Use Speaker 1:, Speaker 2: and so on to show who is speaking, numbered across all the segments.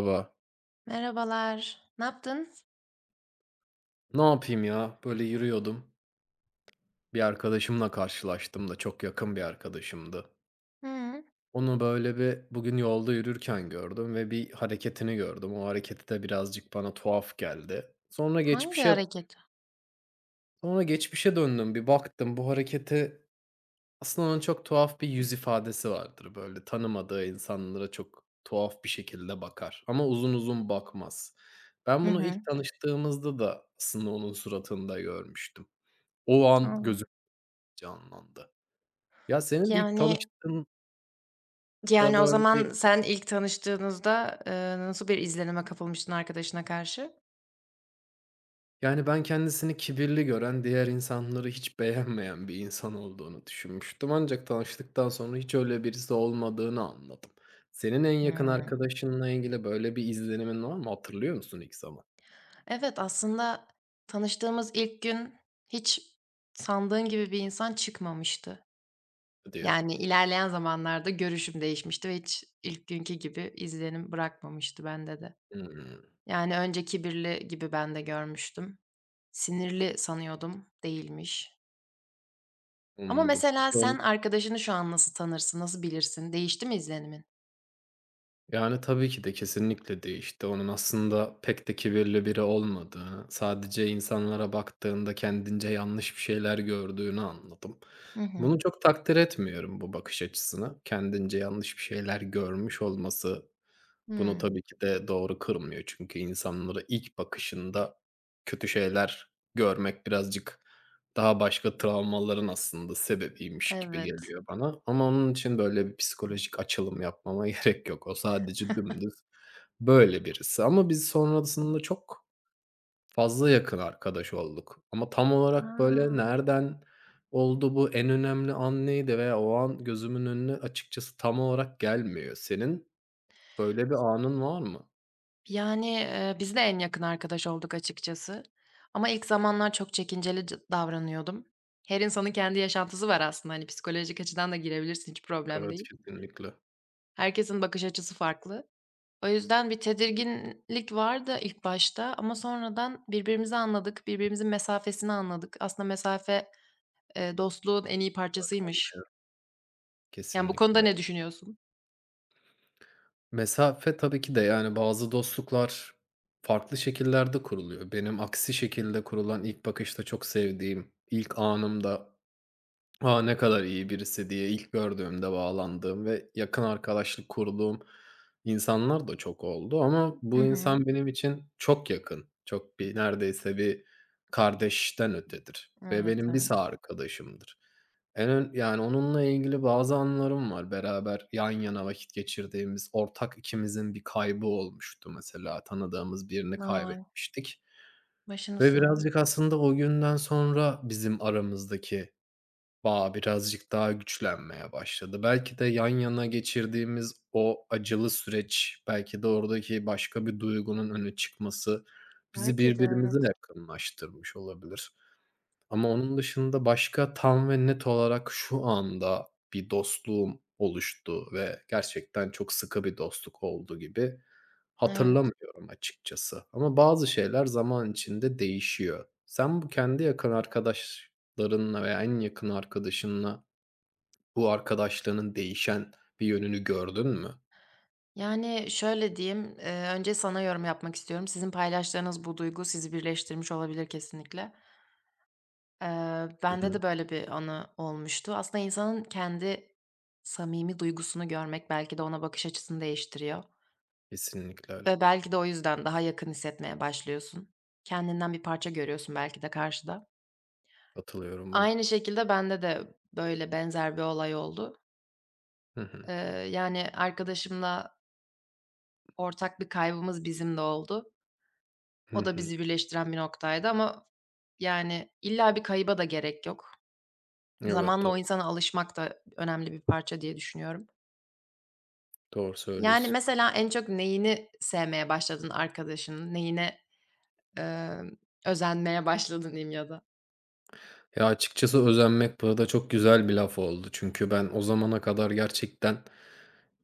Speaker 1: Merhaba.
Speaker 2: Merhabalar. Ne yaptın?
Speaker 1: Ne yapayım ya? Böyle yürüyordum. Bir arkadaşımla karşılaştım da çok yakın bir arkadaşımdı.
Speaker 2: Hıı.
Speaker 1: Onu böyle bir bugün yolda yürürken gördüm ve bir hareketini gördüm. O hareketi de birazcık bana tuhaf geldi. Sonra
Speaker 2: Hangi
Speaker 1: geçmişe
Speaker 2: hareket?
Speaker 1: sonra geçmişe döndüm. Bir baktım bu harekete aslında onun çok tuhaf bir yüz ifadesi vardır. Böyle tanımadığı insanlara çok tuhaf bir şekilde bakar ama uzun uzun bakmaz.
Speaker 2: Hı
Speaker 1: Ben bunu
Speaker 2: hı.
Speaker 1: ilk tanıştığımızda da aslında onun suratında görmüştüm. O
Speaker 2: A!
Speaker 1: an gözüm canlandı. Ya, senin ilk
Speaker 2: Yani
Speaker 1: tanıştığında,
Speaker 2: yani o
Speaker 1: böyle, bir,
Speaker 2: zaman sen ilk tanıştığınızda, nasıl bir izlenime kapılmıştın arkadaşına karşı?
Speaker 1: yani, ben kendisini kibirli gören, diğer insanları hiç beğenmeyen bir insan olduğunu düşünmüştüm ancak tanıştıktan sonra hiç öyle birisi olmadığını anladım. Senin en yakın
Speaker 2: Hımm.
Speaker 1: arkadaşınla ilgili böyle bir izlenimin var mı? Hatırlıyor musun ilk zaman?
Speaker 2: Evet, aslında tanıştığımız ilk gün hiç sandığın gibi bir insan çıkmamıştı.
Speaker 1: Diyor ya.
Speaker 2: Yani ilerleyen zamanlarda görüşüm değişmişti ve hiç ilk günkü gibi izlenim bırakmamıştı bende de. Yani önce kibirli gibi ben de görmüştüm. Sinirli sanıyordum, değilmiş. Ama
Speaker 1: Anladım.
Speaker 2: mesela
Speaker 1: Peki.
Speaker 2: sen arkadaşını şu an nasıl tanırsın, nasıl bilirsin? Değişti mi izlenimin?
Speaker 1: Yani, tabii ki de kesinlikle değişti. Onun aslında pek de kibirli biri olmadığını, sadece insanlara baktığında kendince yanlış bir şeyler gördüğünü anladım.
Speaker 2: Hı hı.
Speaker 1: Bunu çok takdir etmiyorum, bu bakış açısını. Kendince yanlış bir şeyler görmüş olması bunu
Speaker 2: Hımm.
Speaker 1: tabii ki de doğru kılmıyor çünkü insanları ilk bakışında kötü şeyler görmek birazcık daha başka travmaların aslında sebebiymiş gibi
Speaker 2: Evet.
Speaker 1: geliyor bana ama onun için böyle bir psikolojik açılım yapmama gerek yok. O sadece dümdüz böyle birisi ama biz sonrasında çok fazla yakın arkadaş olduk ama tam olarak böyle
Speaker 2: A!
Speaker 1: nereden oldu bu en önemli an neydi veya o an gözümün önüne açıkçası tam olarak gelmiyor. Senin böyle bir anın var mı?
Speaker 2: Yani, biz de en yakın arkadaş olduk açıkçası ama ilk zamanlar çok çekinceli davranıyordum. Her insanın kendi yaşantısı var aslında, hani, psikolojik açıdan da girebilirsin, hiç problem
Speaker 1: Evet,
Speaker 2: değil.
Speaker 1: kesinlikle,
Speaker 2: Herkesin bakış açısı farklı. O yüzden bir tedirginlik vardı ilk başta ama sonradan birbirimizi anladık, birbirimizin mesafesini anladık. Aslında mesafe, dostluğun en iyi parçasıymış. Yani, bu konuda
Speaker 1: kesinlikle.
Speaker 2: ne düşünüyorsun?
Speaker 1: Mesafe tabii ki de, yani, bazı dostluklar farklı şekillerde kuruluyor. Benim aksi şekilde kurulan ilk bakışta çok sevdiğim, ilk anımda, "A, ne kadar iyi birisi." diye ilk gördüğümde bağlandığım ve yakın arkadaşlık kurduğum insanlar da çok oldu ama
Speaker 2: Hı
Speaker 1: bu
Speaker 2: hı.
Speaker 1: insan benim için çok yakın. Çok bir neredeyse bir kardeşten ötedir ve
Speaker 2: Evet,
Speaker 1: benim
Speaker 2: evet.
Speaker 1: lise arkadaşımdır. En ön yani onunla ilgili bazı anılarım var. Beraber yan yana vakit geçirdiğimiz, ortak ikimizin bir kaybı olmuştu mesela. Tanıdığımız birini
Speaker 2: Ay,
Speaker 1: kaybetmiştik
Speaker 2: başını
Speaker 1: ve
Speaker 2: sağ olsun.
Speaker 1: birazcık aslında o günden sonra bizim aramızdaki bağ birazcık daha güçlenmeye başladı. Belki de yan yana geçirdiğimiz o acılı süreç, belki de oradaki başka bir duygunun öne çıkması bizi
Speaker 2: Belki de, evet.
Speaker 1: birbirimize yakınlaştırmış olabilir. Ama onun dışında başka tam ve net olarak şu anda bir dostluğum oluştu ve gerçekten çok sıkı bir dostluk oldu gibi
Speaker 2: Evet.
Speaker 1: hatırlamıyorum açıkçası. Ama bazı şeyler zaman içinde değişiyor. Sen bu kendi yakın arkadaşlarınla veya en yakın arkadaşınla bu arkadaşlığının değişen bir yönünü gördün mü?
Speaker 2: Yani, şöyle diyeyim, önce sana yorum yapmak istiyorum. Sizin paylaştığınız bu duygu sizi birleştirmiş olabilir kesinlikle.
Speaker 1: Hı
Speaker 2: Bende
Speaker 1: hı.
Speaker 2: de böyle bir anı olmuştu. Aslında insanın kendi samimi duygusunu görmek belki de ona bakış açısını değiştiriyor
Speaker 1: Kesinlikle öyle.
Speaker 2: ve belki de o yüzden daha yakın hissetmeye başlıyorsun. Kendinden bir parça görüyorsun belki de karşıda.
Speaker 1: Katılıyorum buna.
Speaker 2: Aynı şekilde bende de böyle benzer bir olay oldu.
Speaker 1: Hı hı.
Speaker 2: Eee, Yani, arkadaşımla ortak bir kaybımız bizim de oldu.
Speaker 1: Hı
Speaker 2: O da
Speaker 1: hı.
Speaker 2: bizi birleştiren bir noktaydı ama, yani, illa bir kayıba da gerek yok.
Speaker 1: Evet,
Speaker 2: Zamanla o
Speaker 1: doğru.
Speaker 2: insana alışmak da önemli bir parça diye düşünüyorum.
Speaker 1: Doğru
Speaker 2: Yani,
Speaker 1: söylüyorsun.
Speaker 2: mesela en çok neyini sevmeye başladın arkadaşının? Neyine, emm, özenmeye başladın diyeyim ya da?
Speaker 1: Ya, açıkçası özenmek burada çok güzel bir laf oldu. Çünkü ben o zamana kadar gerçekten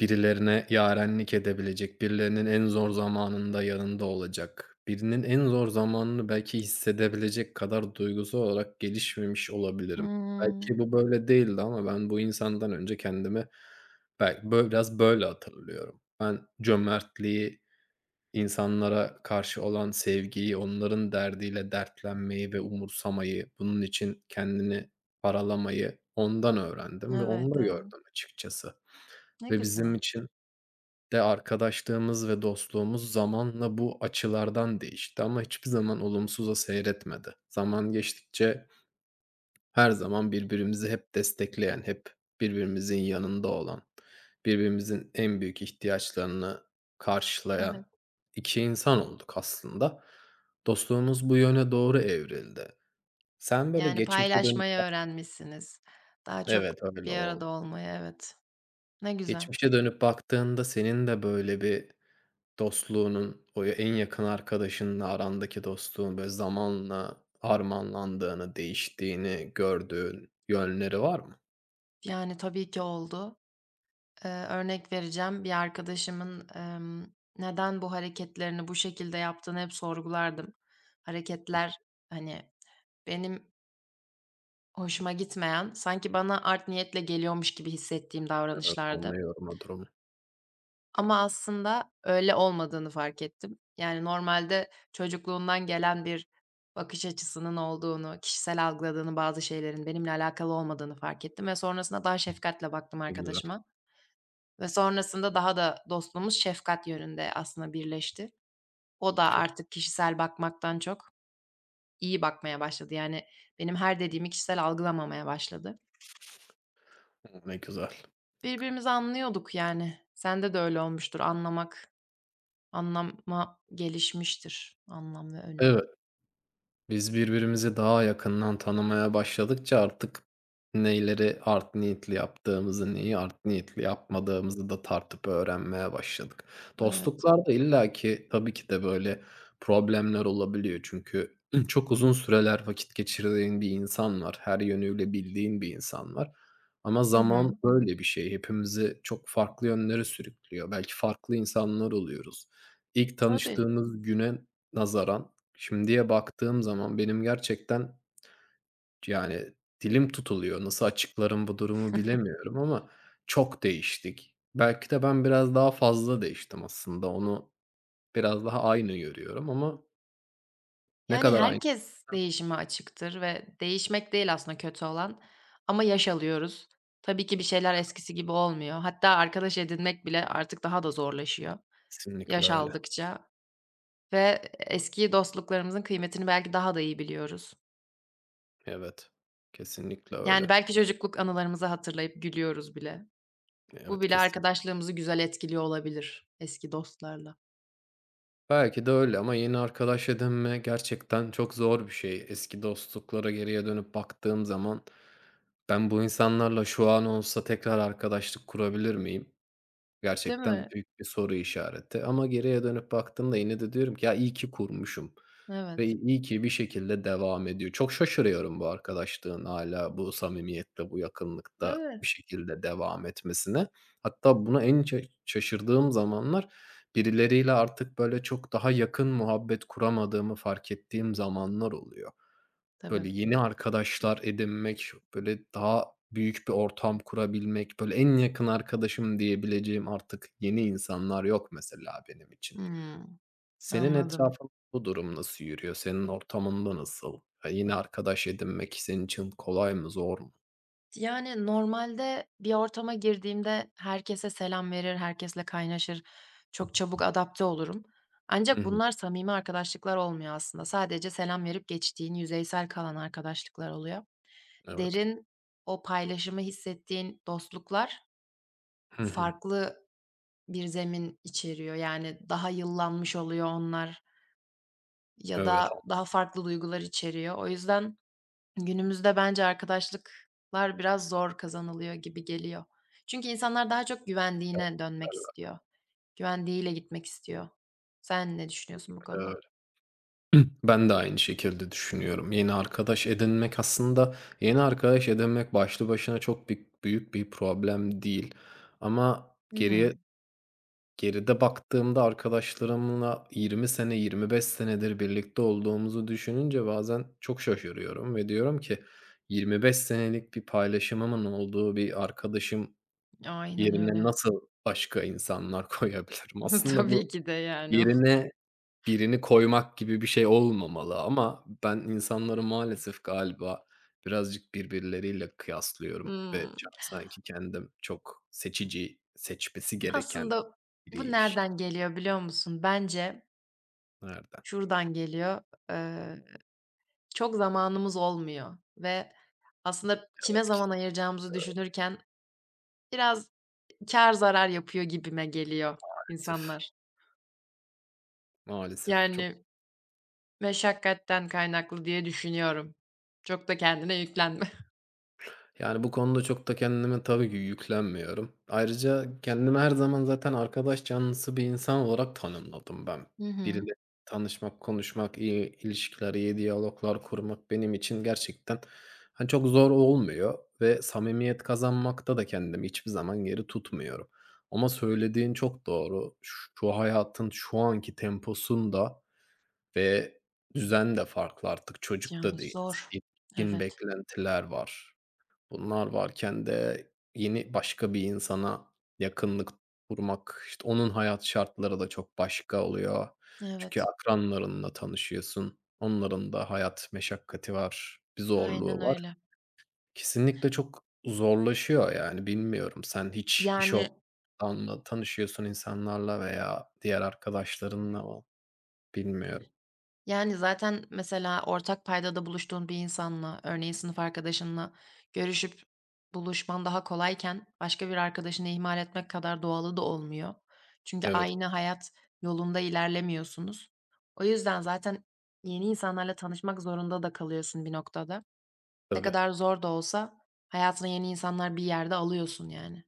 Speaker 1: birilerine yarenlik edebilecek, birilerinin en zor zamanında yanında olacak, birinin en zor zamanını belki hissedebilecek kadar duygusal olarak gelişmemiş olabilirim. Belki
Speaker 2: Hımm.
Speaker 1: bu böyle değildi ama ben bu insandan önce kendimi belki biraz böyle hatırlıyorum. Ben cömertliği, İnsanlara karşı olan sevgiyi, onların derdiyle dertlenmeyi ve umursamayı, bunun için kendini paralamayı ondan öğrendim ve onu
Speaker 2: Evet,
Speaker 1: da
Speaker 2: evet.
Speaker 1: gördüm açıkçası.
Speaker 2: Ne
Speaker 1: Ve bizim
Speaker 2: güzel.
Speaker 1: için de arkadaşlığımız ve dostluğumuz zamanla bu açılardan değişti ama hiçbir zaman olumsuza seyretmedi. Zaman geçtikçe her zaman birbirimizi hep destekleyen, hep birbirimizin yanında olan, birbirimizin en büyük ihtiyaçlarını
Speaker 2: Evet.
Speaker 1: karşılayan 2 insan olduk aslında. Dostluğumuz bu yöne doğru evrildi. Sen böyle
Speaker 2: Yani,
Speaker 1: geçmişe dönüp.
Speaker 2: paylaşmayı öğrenmişsiniz. Daha çok
Speaker 1: Evet, öyle
Speaker 2: bir
Speaker 1: oldu.
Speaker 2: arada olmayı, evet. Ne güzel.
Speaker 1: Geçmişe dönüp baktığında senin de böyle bir dostluğunun, o ya en yakın arkadaşınla arandaki dostluğun böyle zamanla harmanlandığını, değiştiğini gördüğün yönleri var mı?
Speaker 2: Yani, tabii ki oldu. Örnek vereceğim. Bir arkadaşımın, neden bu hareketlerini bu şekilde yaptığını hep sorgulardım. Hareketler, hani, benim hoşuma gitmeyen, sanki bana art niyetle geliyormuş gibi hissettiğim
Speaker 1: Evet,
Speaker 2: davranışlardı
Speaker 1: anlıyorum o durumu.
Speaker 2: ama aslında öyle olmadığını fark ettim. Yani, normalde çocukluğundan gelen bir bakış açısının olduğunu, kişisel algıladığını bazı şeylerin benimle alakalı olmadığını fark ettim ve sonrasında daha şefkatle baktım
Speaker 1: Ne güzel,
Speaker 2: arkadaşıma. Ve sonrasında daha da dostluğumuz şefkat yönünde aslında birleşti. O da
Speaker 1: çok,
Speaker 2: artık kişisel bakmaktan çok iyi bakmaya başladı. Yani benim her dediğimi kişisel algılamamaya başladı.
Speaker 1: ne güzel.
Speaker 2: Birbirimizi anlıyorduk yani. Sende de öyle olmuştur. Anlamak, anlama gelişmiştir. Anlam ve önem.
Speaker 1: Evet. Biz birbirimizi daha yakından tanımaya başladıkça artık neyleri art niyetli yaptığımızı, neyi art niyetli yapmadığımızı da tartıp öğrenmeye başladık.
Speaker 2: Evet.
Speaker 1: Dostluklarda illaki tabii ki de böyle problemler olabiliyor. Çünkü çok uzun süreler vakit geçirdiğin bir insan var. Her yönüyle bildiğin bir insan var. Ama
Speaker 2: Hı
Speaker 1: zaman
Speaker 2: hı.
Speaker 1: böyle bir şey. Hepimizi çok farklı yönlere sürüklüyor. Belki farklı insanlar oluyoruz. İlk
Speaker 2: Tabii.
Speaker 1: tanıştığımız güne nazaran şimdiye baktığım zaman benim gerçekten, yani, dilim tutuluyor. Nasıl açıklarım bu durumu bilemiyorum ama çok değiştik. Belki de ben biraz daha fazla değiştim aslında. Onu biraz daha aynı görüyorum ama ne
Speaker 2: Yani,
Speaker 1: kadar aynı?
Speaker 2: herkes değişime açıktır ve değişmek değil aslında kötü olan, ama yaş alıyoruz. Tabii ki bir şeyler eskisi gibi olmuyor. Hatta arkadaş edinmek bile artık daha da zorlaşıyor
Speaker 1: Kesinlikle
Speaker 2: yaş
Speaker 1: öyle.
Speaker 2: aldıkça ve eski dostluklarımızın kıymetini belki daha da iyi biliyoruz.
Speaker 1: Evet, kesinlikle
Speaker 2: Yani,
Speaker 1: öyle.
Speaker 2: belki çocukluk anılarımızı hatırlayıp gülüyoruz bile. Bu
Speaker 1: Evet,
Speaker 2: bile
Speaker 1: kesin.
Speaker 2: arkadaşlığımızı güzel etkiliyor olabilir eski dostlarla.
Speaker 1: Belki de öyle ama yeni arkadaş edinme gerçekten çok zor bir şey. Eski dostluklara geriye dönüp baktığım zaman ben bu insanlarla şu an olsa tekrar arkadaşlık kurabilir miyim?
Speaker 2: Değil
Speaker 1: Gerçekten
Speaker 2: mi?
Speaker 1: büyük bir soru işareti ama geriye dönüp baktığımda yine de diyorum ki, "Ya, iyi ki kurmuşum ve
Speaker 2: Evet.
Speaker 1: iyi ki bir şekilde devam ediyor." Çok şaşırıyorum bu arkadaşlığın hala bu samimiyette, bu yakınlıkta bir
Speaker 2: Evet.
Speaker 1: şekilde devam etmesine. Hatta buna en şaşırdığım zamanlar birileriyle artık, böyle, çok daha yakın muhabbet kuramadığımı fark ettiğim zamanlar oluyor. Böyle
Speaker 2: Tabii.
Speaker 1: yeni arkadaşlar edinmek, böyle daha büyük bir ortam kurabilmek, böyle en yakın arkadaşım diyebileceğim artık yeni insanlar yok mesela benim için.
Speaker 2: Hımm.
Speaker 1: Senin
Speaker 2: Anladım.
Speaker 1: etrafında bu durum nasıl yürüyor? Senin ortamında nasıl? Ya, yeni arkadaş edinmek senin için kolay mı, zor mu?
Speaker 2: Yani, normalde bir ortama girdiğimde herkese selam verir, herkesle kaynaşır, çok çabuk adapte olurum.
Speaker 1: Hı
Speaker 2: Ancak
Speaker 1: hı.
Speaker 2: bunlar samimi arkadaşlıklar olmuyor aslında. Sadece selam verip geçtiğin, yüzeysel kalan arkadaşlıklar oluyor.
Speaker 1: Evet.
Speaker 2: Derin, o paylaşımı hissettiğin dostluklar
Speaker 1: Hı hı.
Speaker 2: farklı bir zemin içeriyor. Yani, daha yıllanmış oluyor onlar ya
Speaker 1: Evet,
Speaker 2: da
Speaker 1: tam
Speaker 2: daha farklı duygular içeriyor. O yüzden günümüzde bence arkadaşlıklar biraz zor kazanılıyor gibi geliyor. Çünkü insanlar daha çok güvendiğine dönmek
Speaker 1: derler
Speaker 2: istiyor. Güvendiğiyle gitmek istiyor. Sen ne düşünüyorsun bu
Speaker 1: öyle.
Speaker 2: konuda?
Speaker 1: Ben de aynı şekilde düşünüyorum. Yeni arkadaş edinmek aslında yeni arkadaş edinmek başlı başına çok büyük bir problem değil ama
Speaker 2: Hı hı.
Speaker 1: geriye, geride baktığımda arkadaşlarımla 20 sene, 25 senedir birlikte olduğumuzu düşününce bazen çok şaşırıyorum ve diyorum ki, "25 senelik bir paylaşımımın olduğu bir arkadaşım
Speaker 2: Aynen
Speaker 1: yerine
Speaker 2: öyle.
Speaker 1: nasıl başka insanlar koyabilirim?" Aslında bu
Speaker 2: Tabii ki de yani o.
Speaker 1: yerine birini koymak gibi bir şey olmamalı ama ben insanları maalesef galiba birazcık birbirleriyle kıyaslıyorum ve
Speaker 2: Hımm.
Speaker 1: sanki kendim çok seçici, seçmesi gereken
Speaker 2: Aslında bu
Speaker 1: biriymiş gibi.
Speaker 2: nereden geliyor biliyor musun? Bence
Speaker 1: Nereden?
Speaker 2: şuradan geliyor. Eee, Çok zamanımız olmuyor ve aslında kime zaman ayıracağımızı düşünürken biraz kar zarar yapıyor gibime geliyor
Speaker 1: Maalesef,
Speaker 2: insanlar.
Speaker 1: maalesef çok.
Speaker 2: Yani, meşakkatten kaynaklı diye düşünüyorum. Çok da kendine yüklenme.
Speaker 1: Yani, bu konuda çok da kendime tabii ki yüklenmiyorum. Ayrıca kendimi her zaman zaten arkadaş canlısı bir insan olarak tanımladım ben.
Speaker 2: Hı hı.
Speaker 1: Biriyle tanışmak, konuşmak, iyi ilişkiler, iyi diyaloglar kurmak benim için gerçekten, hani, çok zor olmuyor ve samimiyet kazanmakta da kendimi hiçbir zaman geri tutmuyorum. Ama söylediğin çok doğru. Şu hayatın şu anki temposunda ve düzen de farklı artık çocuk
Speaker 2: Yani
Speaker 1: da değiliz.
Speaker 2: zor.
Speaker 1: Yetişkin
Speaker 2: Evet,
Speaker 1: beklentiler var. Bunlar varken de yeni başka bir insana yakınlık kurmak, işte, onun hayat şartları da çok başka oluyor. Çünkü
Speaker 2: evet.
Speaker 1: akranlarınla tanışıyorsun. Onların da hayat meşakkati var, bir
Speaker 2: Aynen
Speaker 1: zorluğu var.
Speaker 2: öyle.
Speaker 1: Kesinlikle çok zorlaşıyor yani bilmiyorum. Sen hiç iş
Speaker 2: Yani
Speaker 1: ortamında tanışıyorsun insanlarla veya diğer arkadaşlarınla mı bilmiyorum.
Speaker 2: yani zaten mesela ortak paydada buluştuğun bir insanla, örneğin sınıf arkadaşınla görüşüp buluşman daha kolayken başka bir arkadaşını ihmal etmek kadar doğalı da olmuyor. Çünkü
Speaker 1: Evet,
Speaker 2: aynı hayat yolunda ilerlemiyorsunuz. O yüzden zaten yeni insanlarla tanışmak zorunda da kalıyorsun bir noktada. Ne
Speaker 1: tabii.
Speaker 2: kadar zor da olsa hayatına yeni insanlar bir yerde alıyorsun yani.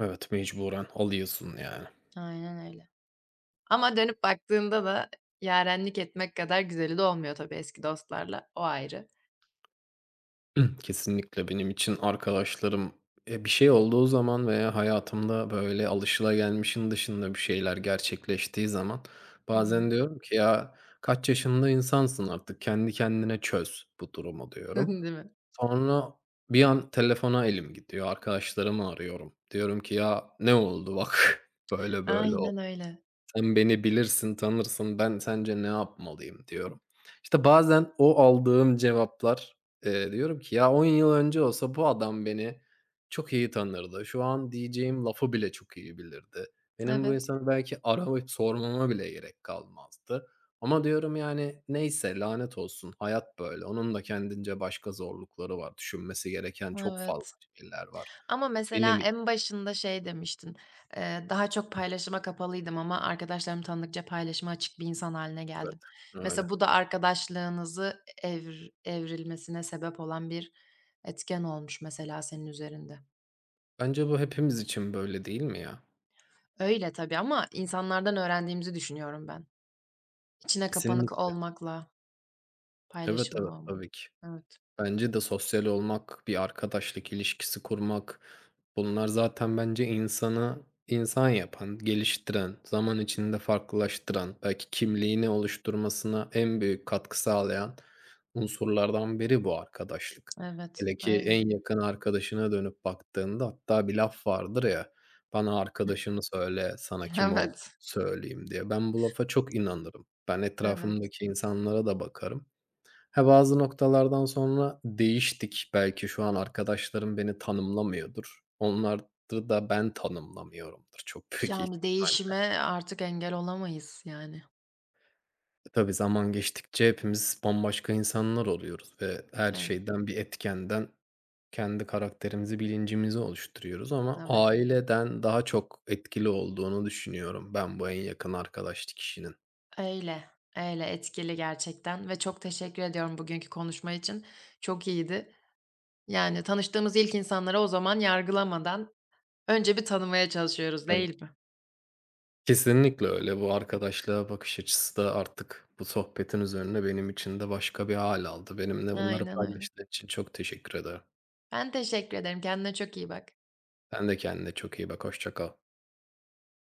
Speaker 1: Evet, mecburen alıyorsun yani.
Speaker 2: Aynen öyle. Ama dönüp baktığında da yarenlik etmek kadar güzeli de olmuyor tabii eski dostlarla. O ayrı.
Speaker 1: Kesinlikle benim için arkadaşlarım, bir şey olduğu zaman veya hayatımda böyle alışılagelmişin dışında bir şeyler gerçekleştiği zaman
Speaker 2: Hı hı.
Speaker 1: bazen diyorum ki, "Ya, kaç yaşında insansın artık, kendi kendine çöz bu durumu." diyorum.
Speaker 2: Değil mi?
Speaker 1: Sonra bir an telefona elim gidiyor, arkadaşlarımı arıyorum. Diyorum ki, "Ya, ne oldu bak, böyle böyle.
Speaker 2: Aynen öyle.
Speaker 1: Sen beni bilirsin, tanırsın. Ben sence ne yapmalıyım?" diyorum. İşte bazen o aldığım cevaplar, diyorum ki ya 10 yıl önce olsa bu adam beni çok iyi tanırdı. Şu an diyeceğim lafı bile çok iyi bilirdi. Benim bu
Speaker 2: Evet,
Speaker 1: insanı belki arayıp sormama bile gerek kalmazdı. Ama diyorum yani neyse lanet olsun hayat böyle. Onun da kendince başka zorlukları var. Düşünmesi gereken çok
Speaker 2: evet.
Speaker 1: fazla şeyler var.
Speaker 2: Ama mesela
Speaker 1: Benim için
Speaker 2: en başında şey demiştin, daha çok paylaşıma kapalıydım ama arkadaşlarımı tanıdıkça paylaşıma açık bir insan haline
Speaker 1: evet
Speaker 2: geldim. Mesela
Speaker 1: öyle.
Speaker 2: bu da arkadaşlığınızı evrilmesine sebep olan bir etken olmuş mesela senin üzerinde.
Speaker 1: Bence bu hepimiz için böyle değil mi ya?
Speaker 2: Öyle tabii ama insanlardan öğrendiğimizi düşünüyorum ben. İçine kapanık
Speaker 1: Kesinlikle.
Speaker 2: olmakla,
Speaker 1: Evet,
Speaker 2: paylaşımlı
Speaker 1: evet,
Speaker 2: olmak.
Speaker 1: tabii ki.
Speaker 2: Evet,
Speaker 1: Bence de sosyal olmak, bir arkadaşlık ilişkisi kurmak, bunlar zaten bence insanı insan yapan, geliştiren, zaman içinde farklılaştıran, belki kimliğini oluşturmasına en büyük katkı sağlayan unsurlardan biri bu arkadaşlık.
Speaker 2: evet,
Speaker 1: Hele ki
Speaker 2: öyle.
Speaker 1: en yakın arkadaşına dönüp baktığında hatta bir laf vardır ya, "Bana arkadaşını söyle, sana kim ol
Speaker 2: Evet,
Speaker 1: söyleyeyim." diye. Ben bu lafa çok inanırım. Ben
Speaker 2: evet.
Speaker 1: etrafımdaki insanlara da bakarım. Ha, bazı noktalardan sonra değiştik. Belki şu an arkadaşlarım beni tanımlamıyordur. Onları da ben tanımlamıyorumdur çok büyük
Speaker 2: Yani
Speaker 1: ihtimalle.
Speaker 2: değişime artık engel olamayız yani.
Speaker 1: E, tabii zaman geçtikçe hepimiz bambaşka insanlar oluyoruz ve her
Speaker 2: Tabii,
Speaker 1: şeyden, bir etkenden kendi karakterimizi, bilincimizi oluşturuyoruz ama
Speaker 2: tabii.
Speaker 1: aileden daha çok etkili olduğunu düşünüyorum ben bu en yakın arkadaşlık kişinin.
Speaker 2: Öyle, öyle etkili gerçekten ve çok teşekkür ediyorum bugünkü konuşma için. Çok iyiydi. Yani tanıştığımız ilk insanları o zaman yargılamadan önce bir tanımaya çalışıyoruz, değil mi?
Speaker 1: Kesinlikle öyle. Bu arkadaşlığa bakış açısı da artık bu sohbetin üzerine benim için de başka bir hâl aldı. Benimle bunları
Speaker 2: Aynen öyle.
Speaker 1: paylaştığın için çok teşekkür ederim.
Speaker 2: Ben teşekkür ederim. Kendine çok iyi bak.
Speaker 1: Sen de kendine çok iyi bak. Hoşça kal.